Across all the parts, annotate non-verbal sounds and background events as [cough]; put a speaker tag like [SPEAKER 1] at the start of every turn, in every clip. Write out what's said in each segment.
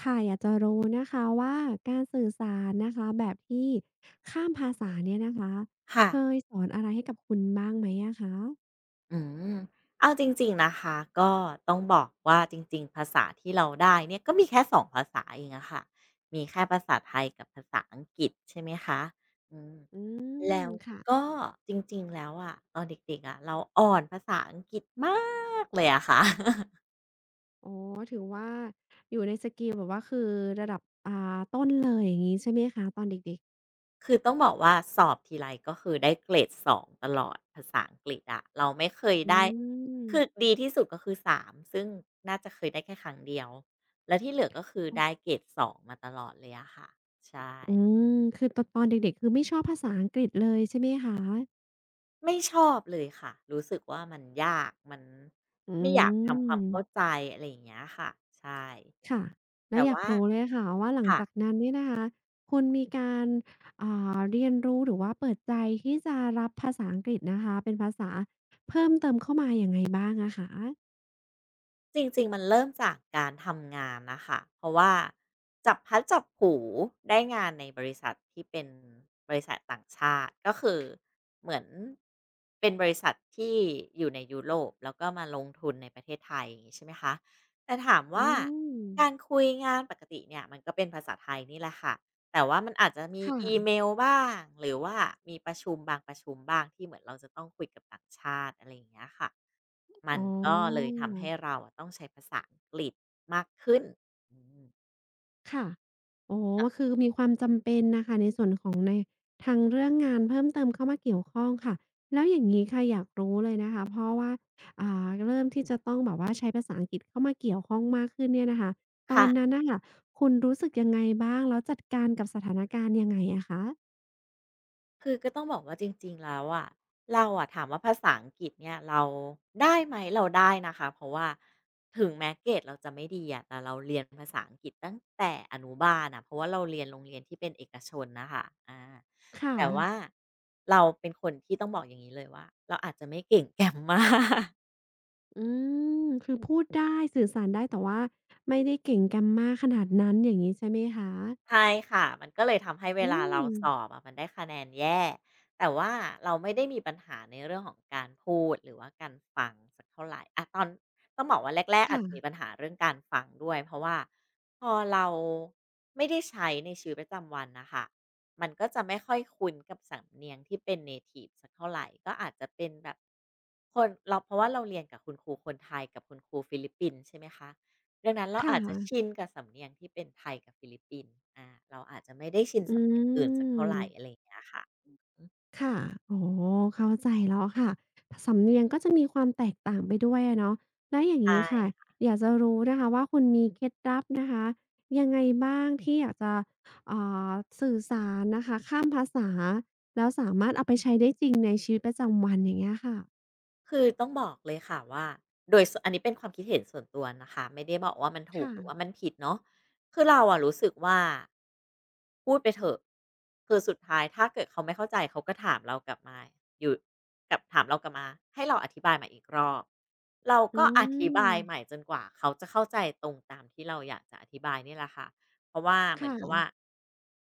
[SPEAKER 1] ค่ะอยากจะรู้นะคะว่าการสื่อสารนะคะแบบที่ข้ามภาษาเนี่ยนะคะ
[SPEAKER 2] ค่ะ
[SPEAKER 1] เคยสอนอะไรให้กับคุณบ้างไหมอะคะ
[SPEAKER 2] อืม เอาจริงๆ นะคะ ก็ต้องบอกว่าจริงๆ ภาษาที่เราได้เนี่ยก็มีแค่สองภาษาเองอะค่ะมีแค่ภาษาไทยกับภาษาอังกฤษใช่ไหมคะอืม
[SPEAKER 1] อืม
[SPEAKER 2] แล้ว
[SPEAKER 1] ค่ะ
[SPEAKER 2] ก็จริงๆ แล้วอะตอนเด็กๆอะเราอ่อนภาษาอังกฤษมากเลยอะค่ะ
[SPEAKER 1] อ๋อถือว่าอยู่ในสกิลแบบว่าคือระดับต้นเลยอย่างนี้ใช่ไหมคะตอนเด็กๆ
[SPEAKER 2] คือต้องบอกว่าสอบทีไรก็คือได้เกรดสองตลอดภาษาอังกฤษอะเราไม่เคย
[SPEAKER 1] อื
[SPEAKER 2] ได้
[SPEAKER 1] ม
[SPEAKER 2] คือดีที่สุดก็คือสามซึ่งน่าจะเคยได้แค่ครั้งเดียวแล้วที่เหลือก็คือ
[SPEAKER 1] อ
[SPEAKER 2] ได้เกรดสองมาตลอดเลยอะค่ะใช่
[SPEAKER 1] อืม คือตอนเด็กๆคือไม่ชอบภาษาอังกฤษเลยใช่ไหมคะ
[SPEAKER 2] ไม่ชอบเลยค่ะรู้สึกว่ามันยากมัน
[SPEAKER 1] อื
[SPEAKER 2] ไม่อยากทำความเข้า
[SPEAKER 1] ม
[SPEAKER 2] ใจอะไรอย่างเงี้ยค่ะใช่
[SPEAKER 1] ค่ะแล้
[SPEAKER 2] แต่
[SPEAKER 1] วอยาก
[SPEAKER 2] ว่า
[SPEAKER 1] รู้เลยค่ะว่าหลัง
[SPEAKER 2] ค่ะ
[SPEAKER 1] จากนั้นเนี่ยนะคะคุณมีการอ่เรียนรู้หรือว่าเปิดใจที่จะรับภาษาอังกฤษนะคะเป็นภาษาเพิ่มเติมเข้ามายังไงบ้างอะคะ
[SPEAKER 2] จริงๆ มันเริ่มจากการทำงานนะคะ เพราะว่าจับพลัดจับผลูได้งานในบริษัทที่เป็นบริษัทต่างชาติ ก็คือเหมือนเป็นบริษัทที่อยู่ในยุโรปแล้วก็มาลงทุนในประเทศไทยอย่างงี้ใช่ไหมคะแต่ถาม
[SPEAKER 1] อื
[SPEAKER 2] ว่า
[SPEAKER 1] ม
[SPEAKER 2] การคุยงานปกติเนี่ยมันก็เป็นภาษาไทยนี่แหละค่ะ แต่ว่ามันอาจจะมี
[SPEAKER 1] ค่ะ
[SPEAKER 2] อีเมลบ้างหรือว่ามีประชุมบางประชุมบ้างที่เหมือนเราจะต้องคุยกับต่างชาติอะไรอย่างเงี้ยค่ะ มั
[SPEAKER 1] อ๋
[SPEAKER 2] น
[SPEAKER 1] อ
[SPEAKER 2] ก็เลยทำให้เราอะต้องใช้ภาษาอังกฤษมากขึ้นอืม
[SPEAKER 1] ค่ะอ๋อคือมีความจำเป็นนะคะในส่วนของในทางเรื่องงานเพิ่มเติมเข้ามาเกี่ยวข้องค่ะ แล้วอย่างงี้ค่ะอยากรู้เลยนะคะเพราะว่าเริ่มที่จะต้องแบบว่าใช้ภาษาอังกฤษเข้ามาเกี่ยวข้องมากขึ้นเนี่ยนะคะตอ
[SPEAKER 2] ค่ะ
[SPEAKER 1] นนั้นน่ะค่ะคุณรู้สึกยังไงบ้าง แล้วจัดการกับสถานการณ์ยังไงอะคะ
[SPEAKER 2] คือก็ต้องบอกว่าจริงๆแล้วอะเราอะถามว่าภาษาอังกฤษเนี่ยเราได้ไหมเราได้นะคะเพราะว่าถึงแม้เกรดเราจะไม่ดีอะแต่เราเรียนภาษาอังกฤษตั้งแต่อนุบาลน่ะเพราะว่าเราเรียนโรงเรียนที่เป็นเอกชนน่ะค่ะ
[SPEAKER 1] ค่ะ
[SPEAKER 2] แต่ว่าเราเป็นคนที่ต้องบอกอย่างงี้เลยว่าเราอาจจะไม่เก่ง [laughs] Grammar
[SPEAKER 1] อืมคือพูดได้ สื่อสารได้ แต่ว่าไม่ได้เก่ง Grammar ขนาดนั้นอย่างงี้ใช่ไหมคะ
[SPEAKER 2] ใช่ค่ะ มันก็เลยทำให้เว
[SPEAKER 1] อื
[SPEAKER 2] ลาเรา
[SPEAKER 1] ม
[SPEAKER 2] สอบอะมันได้คะแนนแย่แต่ว่าเราไม่ได้มีปัญหาในเรื่องของการพูดหรือว่าการฟังสักเท่าไหรอะตอนต้องบอกว่าแรกๆอาจจะมีปั
[SPEAKER 1] ค่ะ
[SPEAKER 2] ญหาเรื่องการฟังด้วยเพราะว่าพอเราไม่ได้ใช้ในชีวิตประจำวันนะคะมันก็จะไม่ค่อยคุ้นกับสำเนียงที่เป็นเนทิฟสักเท่าไหร่ ก็อาจจะเป็นแบบคนเราเพราะว่าเราเรียนกับคุณครูคนไทยกับคุณครูฟิลิปปินส์ใช่ไหมคะ ดังนั้นเรา
[SPEAKER 1] ค่
[SPEAKER 2] อาจจะชิน
[SPEAKER 1] ะ
[SPEAKER 2] กับสำเนียงที่เป็นไทยกับฟิลิปปินส์เราอาจจะไม่ได้ชิน
[SPEAKER 1] อ
[SPEAKER 2] สำเนียง
[SPEAKER 1] ื
[SPEAKER 2] อื่นสักเท่าไร
[SPEAKER 1] ม
[SPEAKER 2] อะไรอย่างเงี้ยค่ะอือ
[SPEAKER 1] ค่ะโอ๋อเข้าใจแล้วค่ะ สำเนียงก็จะมีความแตกต่างไปด้วยอะเนาะแล้วอย่างงี้ค่ะ
[SPEAKER 2] ใช่
[SPEAKER 1] อยากจะรู้นะคะว่าคุณมีเคล็ดลับนะคะยังไงบ้างที่อยากจะอ่าสื่อสารนะคะข้ามภาษาแล้วสามารถเอาไปใช้ได้จริงในชีวิตประจำวันอย่างเงี้ยค่ะ
[SPEAKER 2] คือต้องบอกเลยค่ะว่าโดยสวนอันนี้เป็นความคิดเห็นส่วนตัวนะคะไม่ได้บอกว่ามันถูกหรือว่า
[SPEAKER 1] ค่ะ
[SPEAKER 2] มันผิดเนาะคือเราอะรู้สึกว่าพูดไปเถอะคือสุดท้ายถ้าเกิดเขาไม่เข้าใจเขาก็ถามเรากลับมาอยู่กับถามเรากลับมาให้เราอธิบายใหม่อีกรอบเรา
[SPEAKER 1] อื
[SPEAKER 2] ก็อธิบายใหม่
[SPEAKER 1] ม
[SPEAKER 2] จนกว่าเขาจะเข้าใจตรงตามที่เราอยากจะอธิบายนี่แหละค่ะเพราะว่าเหมือนกับ
[SPEAKER 1] ค่ะ
[SPEAKER 2] ว่า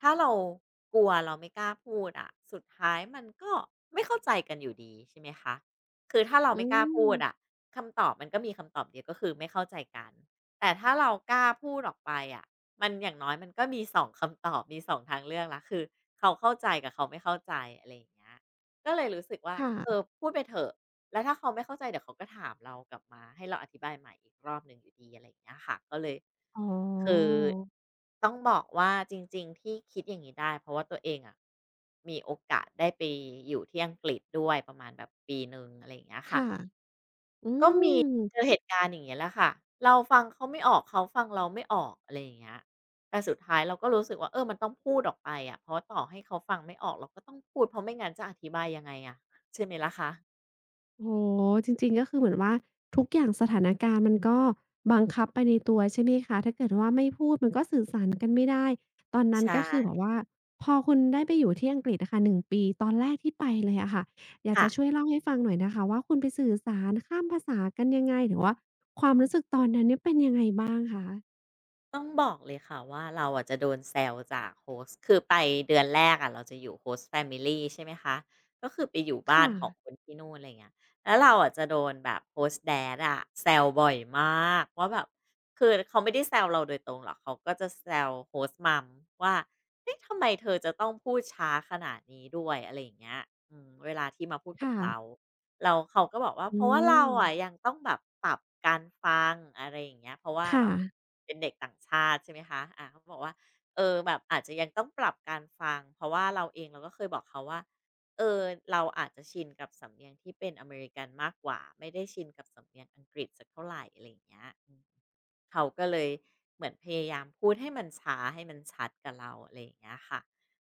[SPEAKER 2] ถ้าเรากลัวเราไม่กล้าพูดอะสุดท้ายมันก็ไม่เข้าใจกันอยู่ดีใช่ไหมคะ คือถ้าเรา
[SPEAKER 1] อื
[SPEAKER 2] ไม่กล้าพูดอะ
[SPEAKER 1] ม
[SPEAKER 2] คำตอบมันก็มีคำตอบเดียวก็คือไม่เข้าใจกันแต่ถ้าเรากล้าพูดออกไปอะมันอย่างน้อยมันก็มีสองคำตอบมีสองทางเลือกละคือเขาเข้าใจกับเขาไม่เข้าใจอะไรอย่างเงี้ยก็เลยรู้สึกว่า
[SPEAKER 1] ค่ะ
[SPEAKER 2] เออพูดไปเถอะ แล้วถ้าเขาไม่เข้าใจเดี๋ยวเขาก็ถามเรากลับมาให้เราอธิบายใหม่อีกรอบหนึ่งอยู่ดีอะไรอย่างเงี้ยค่ะก็เลย
[SPEAKER 1] อ๋
[SPEAKER 2] คือ
[SPEAKER 1] อ
[SPEAKER 2] ต้องบอกว่าจริงๆที่คิดอย่างนี้ได้เพราะว่าตัวเองอะมีโอกาสได้ไปอยู่ที่อังกฤษด้วยประมาณแบบปีหนึ่งอะไรอย่างเงี้ยค่ะ
[SPEAKER 1] ค่ะอื
[SPEAKER 2] ก็มี
[SPEAKER 1] ม
[SPEAKER 2] เจอเหตุการณ์อย่างเงี้ยแหละค่ะเราฟังเขาไม่ออกเขาฟังเราไม่ออกอะไรอย่างเงี้ยแต่สุดท้ายเราก็รู้สึกว่าเออมันต้องพูดออกไปอะเพราะว่าต่อให้เขาฟังไม่ออกเราก็ต้องพูดเพราะไม่งั้นจะอธิบายยังไงอะใช่ไหมล่ะคะ
[SPEAKER 1] โอ้โฮจริงๆ ก็คือเหมือนว่าทุกอย่างสถานการณ์มันก็บังคับไปในตัวใช่ไหมคะถ้าเกิดว่าไม่พูดมันก็สื่อสารกันไม่ได้ ตอนนั้
[SPEAKER 2] ใช
[SPEAKER 1] นก็คือแบบ
[SPEAKER 2] ่
[SPEAKER 1] ว่าพอคุณได้ไปอยู่ที่อังกฤษอะค่ะ1ปีตอนแรกที่ไปเลยอะค่ะอยาก
[SPEAKER 2] ค่ะ
[SPEAKER 1] จะช่วยเล่าให้ฟังหน่อยนะคะว่าคุณไปสื่อสารข้ามภาษากันยังไงหรือว่าความรู้สึกตอนนั้นเนี่ยเป็นยังไงบ้างคะ
[SPEAKER 2] ต้องบอกเลยค่ะว่าเราอะจะโดนแซวจากโฮสต์คือไปเดือนแรกอะเราจะอยู่โฮสต์แฟมิลีใช่ไหมคะก็คือไปอยู่บ้าน
[SPEAKER 1] ค่ะ
[SPEAKER 2] ของคนที่นู่นอะไรเงี้ยแล้วเราอะจะโดนแบบโฮสต์ Dad อะแซวบ่อยมากว่าแบบคือเขาไม่ได้แซวเราโดยตรงหรอกเขาก็จะแซวโฮสต์ม o m ว่าเอ๊ะทำไมเธอจะต้องพูดช้าขนาดนี้ด้วยอะไรอย่างเงี้ยเวลาที่มาพูดกับ
[SPEAKER 1] ค่ะ
[SPEAKER 2] เรา เราเขาก็บอกว่าเพ
[SPEAKER 1] อื
[SPEAKER 2] ราะว่าเรา
[SPEAKER 1] ม
[SPEAKER 2] อะยังต้องแบบปรับการฟังอะไรอย่างเงี้ยเพราะว่าแบ
[SPEAKER 1] ค่ะ
[SPEAKER 2] บเป็นเด็กต่างชาติใช่ไหมคะอาเขาบอกว่าเออแบบอาจจะยังต้องปรับการฟังเพราะว่าเราเองเราก็เคยบอกเขาว่าเออเราอาจจะชินกับสำเนียงที่เป็นอเมริกันมากกว่าไม่ได้ชินกับสำเนียงอังกฤษสักเท่าไรอะไรอย่างเงี้ยอืมเขาก็เลยเหมือนพยายามพูดให้มันช้าให้มันชัดกับเราอะไรอย่างเงี้ยค่ะ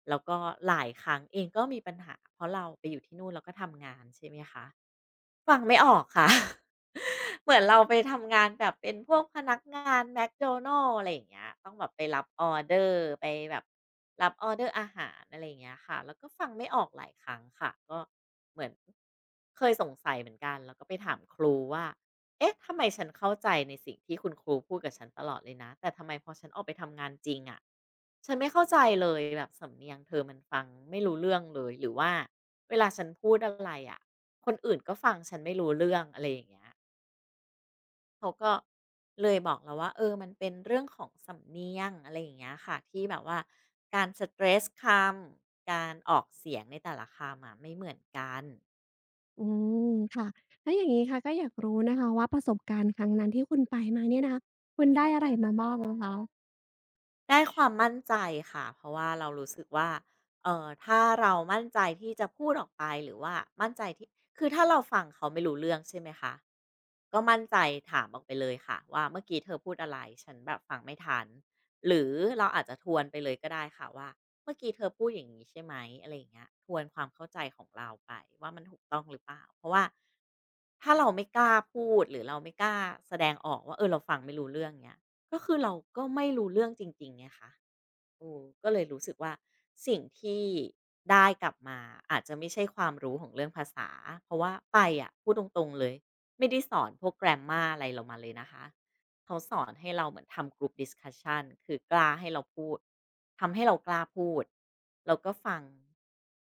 [SPEAKER 2] แล้วก็หลายครั้งเองก็มีปัญหาเพราะเราไปอยู่ที่นู่นเราก็ทำงานใช่ไหมคะ ฟังไม่ออกค่ะ [laughs] เหมือนเราไปทำงานแบบเป็นพวกพนักงาน McDonald's อะไรอย่างเงี้ยต้องแบบไปรับออเดอร์ไปแบบรับออเดอร์อาหารอะไรอย่างเงี้ยค่ะ แล้วก็ฟังไม่ออกหลายครั้งค่ะก็เหมือนเคยสงสัยเหมือนกันแล้วก็ไปถามครูว่าเอ๊ะทำไมฉันเข้าใจในสิ่งที่คุณครูพูดกับฉันตลอดเลยนะแต่ทำไมพอฉันออกไปทำงานจริงอะะฉันไม่เข้าใจเลยแบบสำเนียงเธอมันฟังไม่รู้เรื่องเลยหรือว่าเวลาฉันพูดอะไรอะะ คนอื่นก็ฟังฉันไม่รู้เรื่องอะไรอย่างเงี้ยเขาก็เลยบอกเราว่าเออมันเป็นเรื่องของสำเนียงอะไรอย่างเงี้ยค่ะที่แบบว่าการสเตรสคำการออกเสียงในแต่ละคำอะไม่เหมือนกัน
[SPEAKER 1] อืมค่ะแล้วอย่างงี้ค่ะก็อยากรู้นะคะว่าประสบการณ์ครั้งนั้นที่คุณไปมาเนี่ยนะคะคุณได้อะไรมาบ้างอะคะ
[SPEAKER 2] ได้ความมั่นใจค่ะเพราะว่าเรารู้สึกว่าถ้าเรามั่นใจที่จะพูดออกไปหรือว่ามั่นใจที่คือถ้าเราฟังเขาไม่รู้เรื่องใช่ไหมคะก็มั่นใจถามออกไปเลยค่ะว่าเมื่อกี้เธอพูดอะไรฉันแบบฟังไม่ทันหรือเราอาจจะทวนไปเลยก็ได้ค่ะว่าเมื่อกี้เธอพูดอย่างงี้ใช่ไหมอะไรอย่างเงี้ยทวนความเข้าใจของเราไปว่ามันถูกต้องหรือเปล่าเพราะว่าถ้าเราไม่กล้าพูดหรือเราไม่กล้าแสดงออกว่าเออเราฟังไม่รู้เรื่องเงี้ย ก็คือเราก็ไม่รู้เรื่องจริงๆไงคะเออก็เลยรู้สึกว่าสิ่งที่ได้กลับมาอาจจะไม่ใช่ความรู้ของเรื่องภาษา เพราะว่าไปอะพูดตรงๆเลยไม่ได้สอนพวก grammar อะไรเรามาเลยนะคะเขาสอนให้เราเหมือนทำ group discussion คือกล้าให้เราพูดทำให้เรากล้าพูดแล้วก็ฟัง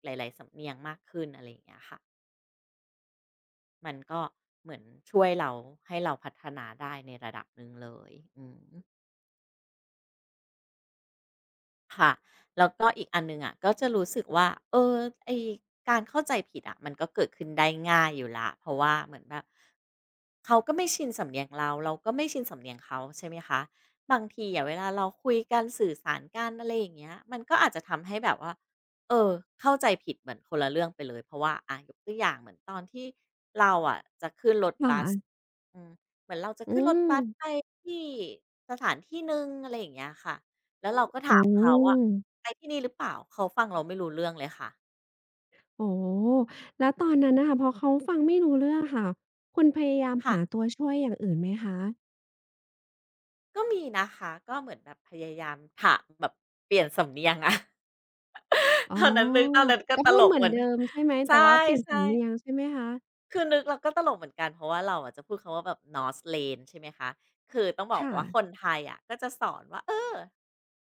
[SPEAKER 2] หลายๆสำเนียงมากขึ้นอะไรอย่างเงี้ยค่ะมันก็เหมือนช่วยเราให้เราพัฒนาได้ในระดับหนึ่งเลยอืม ค่ะแล้วก็อีกอันหนึ่งอะก็จะรู้สึกว่าเออไอ้การเข้าใจผิดอ่ะมันก็เกิดขึ้นได้ง่ายอยู่ละเพราะว่าเหมือนแบบเขาก็ไม่ชินสำเนียงเราเราก็ไม่ชินสำเนียงเขาใช่ไหมคะบางทีอะเวลาเราคุยกันสื่อสารกันอะไรอย่างเงี้ยมันก็อาจจะทำให้แบบว่าเออเข้าใจผิดเหมือนคนละเรื่องไปเลยเพราะว่าอะยกตัวอย่างเหมือนตอนที่
[SPEAKER 1] ค่ะ
[SPEAKER 2] อืมเหมือนเราจะ
[SPEAKER 1] อื
[SPEAKER 2] ขึ้นรถ
[SPEAKER 1] ม
[SPEAKER 2] บัสไปที่สถานที่หนึ่งอะไรอย่างเงี้ยค่ะแล้วเราก็ถา
[SPEAKER 1] อื
[SPEAKER 2] มเขาว่า
[SPEAKER 1] ม
[SPEAKER 2] ไปที่นี่หรือเปล่าเขาฟังเราไม่รู้เรื่องเลยค่ะ
[SPEAKER 1] โอ้โฮแล้วตอนนั้นน่ะค่ะพอเขาฟังไม่รู้เรื่องค่ะคุณพยายาม
[SPEAKER 2] ค่ะ
[SPEAKER 1] หาตัวช่วยอย่างอื่นไหมคะ
[SPEAKER 2] ก็มีนะคะก็เหมือนแบบพยายามถามแบบเปลี่ยนสำเนียงอะ
[SPEAKER 1] อ๋
[SPEAKER 2] [laughs] ต
[SPEAKER 1] อ
[SPEAKER 2] อนนั้นนึกตอนนั้นก็
[SPEAKER 1] ก็
[SPEAKER 2] ต
[SPEAKER 1] พู
[SPEAKER 2] ล
[SPEAKER 1] ด
[SPEAKER 2] ก
[SPEAKER 1] เหมื
[SPEAKER 2] เห
[SPEAKER 1] อน
[SPEAKER 2] มือน
[SPEAKER 1] เดิมใช่ไหม
[SPEAKER 2] ใช
[SPEAKER 1] แต่ว่าเปลี่ยน
[SPEAKER 2] ่
[SPEAKER 1] สำเนียง
[SPEAKER 2] ๆ
[SPEAKER 1] ใช่ไหมคะ
[SPEAKER 2] คือนึกเราก็ตลกเหมือนกันเพราะว่าเราอะจะพูดคำว่าแบบ North Lane ใช่ไหมคะ คือต้องบอก
[SPEAKER 1] ค่ะ
[SPEAKER 2] ว่าคนไทยอะก็จะสอนว่าเออ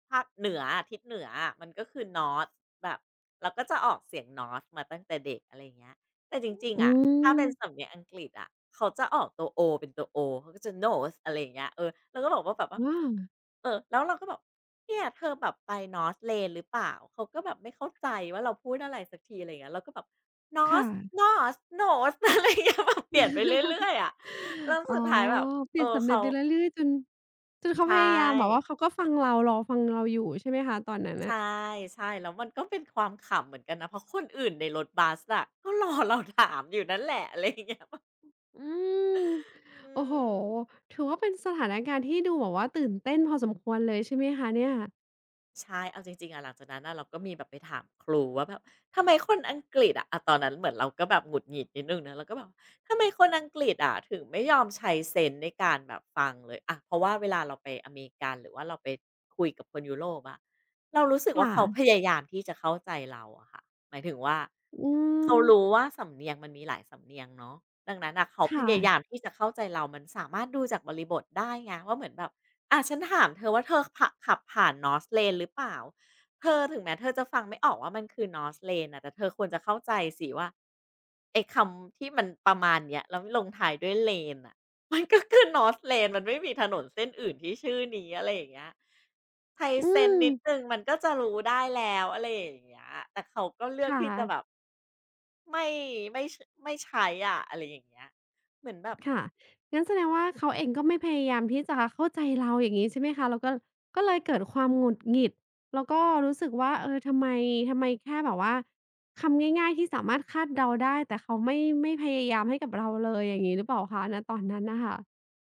[SPEAKER 2] ภาคเหนืออะทิศเหนืออะมันก็คือ North แบบเราก็จะออกเสียง North มาตั้งแต่เด็กอะไรอย่างเงี้ยแต่จริงๆ
[SPEAKER 1] อื
[SPEAKER 2] อะถ้า
[SPEAKER 1] ม
[SPEAKER 2] เป็นสำเนียงอังกฤษอะเขาจะออกตัว O เป็นตัว o อเขาก็จะ North อะไรอย่างเงี้ยเออเราก็บอกว่าแบบว่า
[SPEAKER 1] อา
[SPEAKER 2] เออแล้วเราก็บอกเนี่ยเธอแบบไป North Lane หรือเปล่าเขาก็แบบไม่เข้าใจว่าเราพูดอะไรสักทีอะไรอย่างเงี้ยเราก็แบบ
[SPEAKER 1] ค่ะ
[SPEAKER 2] Nose Nose Nose [laughs] อะไรอย่างเงี้ยแบบเปลี่ยนไปเรื่อยๆอะแล้ว
[SPEAKER 1] อ๋อ
[SPEAKER 2] สุดท้ายแบบ
[SPEAKER 1] เป
[SPEAKER 2] เอ
[SPEAKER 1] ลี่
[SPEAKER 2] อ
[SPEAKER 1] ยนสำเนีย
[SPEAKER 2] เขา
[SPEAKER 1] งไปเรื่อยๆจนเขา
[SPEAKER 2] ใช่
[SPEAKER 1] พยายามแบบว่าเขาก็ฟังเรารอฟังเราอยู่ใช่ไหมคะตอนนั้น
[SPEAKER 2] ใช
[SPEAKER 1] น่ะ
[SPEAKER 2] ่ๆแล้วมันก็เป็นความขำเหมือนกันนะ เพราะคนอื่นในรถบัสอะก็รอเราถามอยู่นั่นแหละ อะไรอย่างเงี้ยแบบ
[SPEAKER 1] อืม
[SPEAKER 2] อื
[SPEAKER 1] โอ้โฮ
[SPEAKER 2] ม
[SPEAKER 1] ถือว่าเป็นสถานการณ์ที่ดูแบบว่าตื่นเต้นพอสมควรเลยใช่ไหมคะเนี่ย
[SPEAKER 2] ใช่เอาจริงๆอะหลังจากนั้นน่ะเราก็มีแบบไปถามครูว่าแบบทำไมคนอังกฤษอะตอนนั้นเหมือนเราก็แบบหงุดหงิดนิดหนึ่งนะเราก็แบบทำไมคนอังกฤษอะถึงไม่ยอมใช้เซนส์ในการแบบฟังเลยอะเพราะว่าเวลาเราไปอเมริกันหรือว่าเราไปคุยกับคนยุโรปอะเรารู้สึกว่าเขาพ
[SPEAKER 1] ค่ะ
[SPEAKER 2] ยายามที่จะเข้าใจเราอะค่ะหมายถึงว่า
[SPEAKER 1] อื
[SPEAKER 2] เขา
[SPEAKER 1] ม
[SPEAKER 2] รู้ว่าสำเนียงมันมีหลายสำเนียงเนาะดังนั้นน่ะเขาพ
[SPEAKER 1] ค่ะ
[SPEAKER 2] ยายามที่จะเข้าใจเรามันสามารถดูจากบริบทได้ไงว่าเหมือนแบบ ฉันถามเธอว่าเธอผะขับผ่าน North Lane หรือเปล่าเธอถึงแม้เธอจะฟังไม่ออกว่ามันคือ North Lane น่ะแต่เธอควรจะเข้าใจสิว่าไอ้คำที่มันประมาณเนี้ยแล้วลงท้ายด้วย lane น่ะมันก็คือ North Lane มันไม่มีถนนเส้นอื่นที่ชื่อนี้อะไรอย่างเงี้ยไทย
[SPEAKER 1] อื
[SPEAKER 2] เซ็น
[SPEAKER 1] ม
[SPEAKER 2] นิดหนึ่งมันก็จะรู้ได้แล้วอะไรอย่างเงี้ยแต่เขาก็เลื
[SPEAKER 1] ค
[SPEAKER 2] อกที่จะแบบ
[SPEAKER 1] ่ะ
[SPEAKER 2] ไม่ไม่ชไม่ใช้อะอะไรอย่างเงี้ยเหมือนแบบ
[SPEAKER 1] ค่ะงั้นแสดงว่าเขาเองก็ไม่พยายามที่จะเข้าใจเราอย่างงี้ใช่ไหมคะแล้วก็ก็เลยเกิดความหงุดหงิดแล้วก็รู้สึกว่าเออทำไมแค่แบบว่า คำง่ายๆที่สามารถคาดเดาได้แต่เขาไม่พยายามให้กับเราเลย อย่างงี้หรือเปล่าคะณตอนนั้นน่ะค่ะ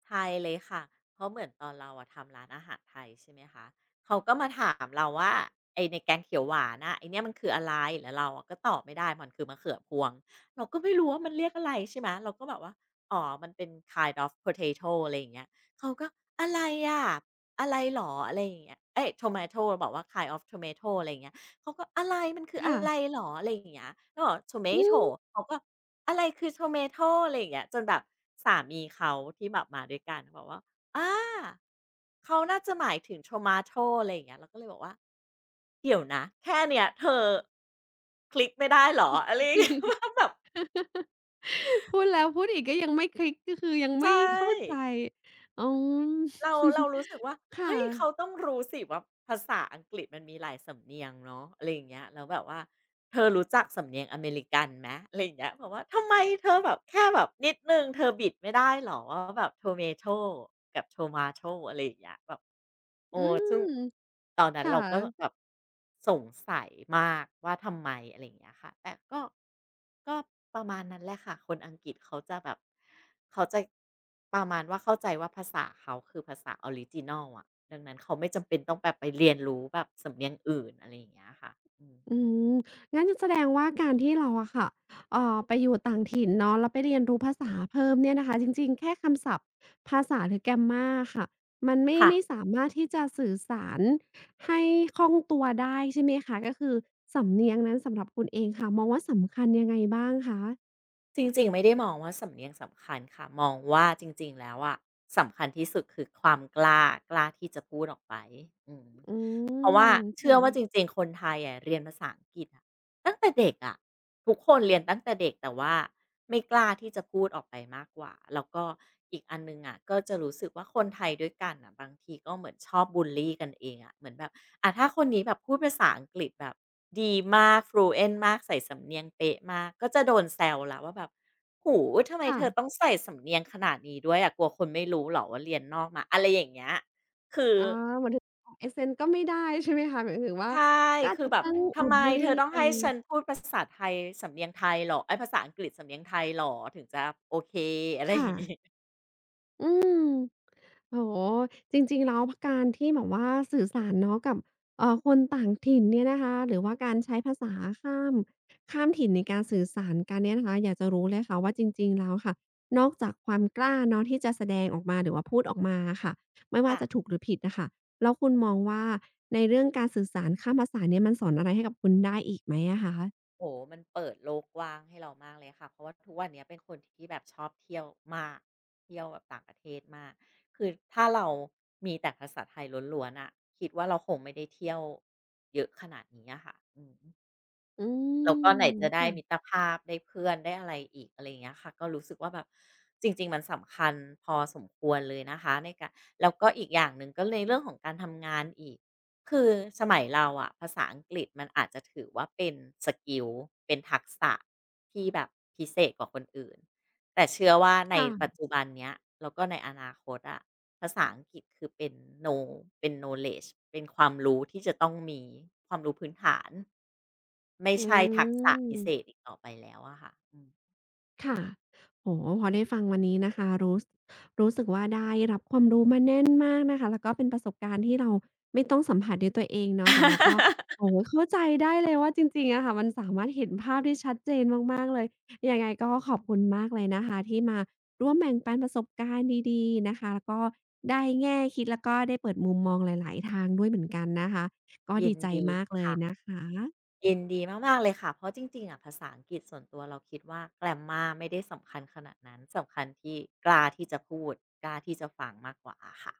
[SPEAKER 2] ไทยเลยค่ะเพราะเหมือนตอนเราอะทำร้านอาหารไทยใช่ไหมคะเขาก็มาถามเราว่าไอในแกงเขียวหวานน่ะไอเนี่ยมันคืออะไรแล้วเราอะก็ตอบไม่ได้มันคือมะเขือพวงเราก็ไม่รู้ว่ามันเรียกอะไรใช่ไหมเราก็แบบว่าอ๋อมันเป็น kind of potato" อะไรอย่างเงี้ยเขาก็อะไรอะอะไรหรออะไรอย่างเงี้ยเอ๊ย tomato บอกว่า "kind of tomato" อะไรอย่างเงี้ยเขาก็อะไรมันคืออะ
[SPEAKER 1] ค่ะ
[SPEAKER 2] ไรหรออะไรอย่างเงี้ยเราบอก
[SPEAKER 1] อื
[SPEAKER 2] "tomato"
[SPEAKER 1] ม
[SPEAKER 2] เขาก็ อะไรคือ tomato อะไรอย่างเงี้ยจนแบบสามีเขาที่แบบมาด้วยกันบอกว่าอ่าเขาน่าจะหมายถึง tomato อะไรอย่างเงี้ยเราก็เลยบอกว่าเดี๋ยวนะแค่เนี้ยเธอคลิกไม่ได้เหรออะไรอย่างเงี้ย [laughs]
[SPEAKER 1] [laughs] พูดแล้วพูดอีกก็ยังไม่คลิกก็คือยัง
[SPEAKER 2] ใช
[SPEAKER 1] ไม่เข้าใจ
[SPEAKER 2] ่
[SPEAKER 1] อ๋อ
[SPEAKER 2] เรารู้สึกว่า
[SPEAKER 1] [laughs] ค่
[SPEAKER 2] เฮ้ยเขา
[SPEAKER 1] ะ
[SPEAKER 2] ต้องรู้สิว่าภาษาอังกฤษมันมีหลายสำเนียงเนาะอะไรอย่างเงี้ยแล้วแบบว่า เธอรู้จักสำเนียงอเมริกันไหมอะไรอย่างเงี้ยบอกว่าทำไมเธอแบบแค่แบบนิดนึงเธอบิดไม่ได้หรอว่าแบบโทเมโ o กับโ o มาโ o อะไรอย่างเงี้ยแบบโอ้
[SPEAKER 1] อื
[SPEAKER 2] ซึ่ง
[SPEAKER 1] ม
[SPEAKER 2] ตอนนั้น
[SPEAKER 1] ค่ะ
[SPEAKER 2] เราก็แบบสงสัยมากว่าทำไมอะไรอย่างเงี้ยค่ะแต่ก็ประมาณนั้นแหละค่ะคนอังกฤษเขาจะแบบเขาจะประมาณว่าเข้าใจว่าภาษาเขาคือภาษาออริจินอลอะดังนั้นเขาไม่จำเป็นต้องแบบไปเรียนรู้แบบสำเนียงอื่นอะไรอย่างเงี้ยค่ะอืม
[SPEAKER 1] อืมงั้นแสดงว่าการที่เราอะค่ะไปอยู่ต่างถิ่นเนาะแล้วไปเรียนรู้ภาษาเพิ่มเนี่ยนะคะ จริงๆ แค่คำศัพท์ภาษาหรือ grammar อะค่ะ มันไม่
[SPEAKER 2] ค่ะ
[SPEAKER 1] ไม่สามารถที่จะสื่อสารให้คล่องตัวได้ใช่ไหมคะก็คือสำเนียงนั้นสำหรับคุณเองค่ะ มองว่าสำคัญยังไงบ้างคะ
[SPEAKER 2] จริงๆไม่ได้มองว่าสำเนียงสำคัญค่ะมองว่าจริงๆแล้วอะสำคัญที่สุดคือความกล้ากล้าที่จะพูดออกไปอืม
[SPEAKER 1] อื
[SPEAKER 2] เพราะว่า
[SPEAKER 1] ม
[SPEAKER 2] เชื่อว่าจ
[SPEAKER 1] ค่ะ
[SPEAKER 2] ริงๆคนไทยอะเรียนภาษาอังกฤษอะ ตั้งแต่เด็กอะทุกคนเรียนตั้งแต่เด็กแต่ว่าไม่กล้าที่จะพูดออกไปมากกว่าแล้วก็อีกอันหนึ่งอะก็จะรู้สึกว่าคนไทยด้วยกันอ่ะบางทีก็เหมือนชอบบุลลี่กันเองอะเหมือนแบบอ่ะถ้าคนนี้แบบพูดภาษาอังกฤษแบบดีมาก fluent มากใส่สำเนียงเป๊ะมากก็จะโดนแซวแล้ว่าแบบหูทำไม
[SPEAKER 1] ค่ะ
[SPEAKER 2] เธอต้องใส่สำเนียงขนาดนี้ด้วยอะกลัวคนไม่รู้เหรอว่าเรียนนอกมาอะไรอย่างเงี้ยคือ
[SPEAKER 1] อ๋อหมายถึงออก accent ก็ไม่ได้ใช่ไหมคะหมายถึงว่า
[SPEAKER 2] ใช่
[SPEAKER 1] ก็อาจ
[SPEAKER 2] คือ
[SPEAKER 1] จะ
[SPEAKER 2] แบบ
[SPEAKER 1] ต้องออ
[SPEAKER 2] ทำ
[SPEAKER 1] บ
[SPEAKER 2] ไม
[SPEAKER 1] ลรี
[SPEAKER 2] เธอต้อง
[SPEAKER 1] กั
[SPEAKER 2] ให้
[SPEAKER 1] น
[SPEAKER 2] ฉันพูดภาษาไทยสำเนียงไทยเหรอเอ๊ยภาษาอังกฤษสำเนียงไทยเหรอถึงจะโอเคอะไรอ
[SPEAKER 1] ค่ะ
[SPEAKER 2] ย่างงี้
[SPEAKER 1] อืม โอ้โฮจริงๆแล้วพการที่แบบว่าสื่อสารเนาะกับคนต่างถิ่นเนี่ยนะคะหรือว่าการใช้ภาษาข้ามข้ามถิ่นในการสื่อสารกันเนี่ยนะคะอยากจะรู้เลยค่ะว่าจริงๆแล้วค่ะนอกจากความกล้าเนาะที่จะแสดงออกมาหรือว่าพูดออกมาอะค่ะไม่ว่า
[SPEAKER 2] ค่ะ
[SPEAKER 1] จะถูกหรือผิดอะค่ะแล้วคุณมองว่าในเรื่องการสื่อสารข้ามภาษาเนี่ยมันสอนอะไรให้กับคุณได้อีกไหมอะคะ
[SPEAKER 2] โอ้โฮมันเปิดโลกกว้างให้เรามากเลยค่ะเพราะว่าทุกวันเนี้ยเป็นคนที่แบบชอบเที่ยวมากเที่ยวแบบต่างประเทศมากคือถ้าเรามีแต่ภาษาไทยล้วนๆอะคิดว่าเราคงไม่ได้เที่ยวเยอะขนาดนี้อะค่ะอืม
[SPEAKER 1] อื
[SPEAKER 2] แล้วก็
[SPEAKER 1] ม
[SPEAKER 2] ไหนจะได้
[SPEAKER 1] ค่ะ
[SPEAKER 2] มิตรภาพได้เพื่อนได้อะไรอีกอะไรอย่างเงี้ยค่ะก็รู้สึกว่าแบบจริงๆมันสำคัญพอสมควรเลยนะคะในการแล้วก็อีกอย่างหนึ่งก็ในเรื่องของการทำงานอีกคือสมัยเราอะภาษาอังกฤษมันอาจจะถือว่าเป็นสกิลเป็นทักษะที่แบบพิเศษกว่าคนอื่น แต่เชื่อว่าในปัจ
[SPEAKER 1] ค่ะ
[SPEAKER 2] จุบันเนี้ยแล้วก็ในอนาคตอะภาษาอังกฤษคือเป็น know เป็น knowledge เป็นความรู้ที่จะต้องมีความรู้พื้นฐานไม่
[SPEAKER 1] อื
[SPEAKER 2] ใช่ทักษะพิเศษ
[SPEAKER 1] ม
[SPEAKER 2] อีกต่อไปแล้วอะค่ะอืม
[SPEAKER 1] ค่ะโอ้โฮพอได้ฟังวันนี้นะคะรู้สึกว่าได้รับความรู้มาแน่นมากนะคะแล้วก็เป็นประสบการณ์ที่เราไม่ต้องสัมผัสด้วยตัวเองเนาะแต่เราก็โอ้
[SPEAKER 2] [laughs]
[SPEAKER 1] โฮเข้าใจได้เลยว่าจริงๆอะค่ะมันสามารถเห็นภาพได้ชัดเจนมากๆเลยยังไงก็ขอบคุณมากเลยนะคะที่มาร่วมแบ่งปันประสบการณ์ดีๆนะคะแล้วก็ได้แง่คิดแล้วก็ได้เปิดมุมมองหลายๆทางด้วยเหมือนกันนะคะก็
[SPEAKER 2] ยิ
[SPEAKER 1] ดี
[SPEAKER 2] น
[SPEAKER 1] ใจ
[SPEAKER 2] ดี
[SPEAKER 1] มากเลย
[SPEAKER 2] ค่ะ
[SPEAKER 1] นะคะ
[SPEAKER 2] ยินดีมากๆเลยค่ะเพราะจริงๆอะภาษาอังกฤษส่วนตัวเราคิดว่า grammar ไม่ได้สำคัญขนาดนั้นสำคัญที่กล้าที่จะพูดกล้าที่จะฟังมากกว่าอะค่ะ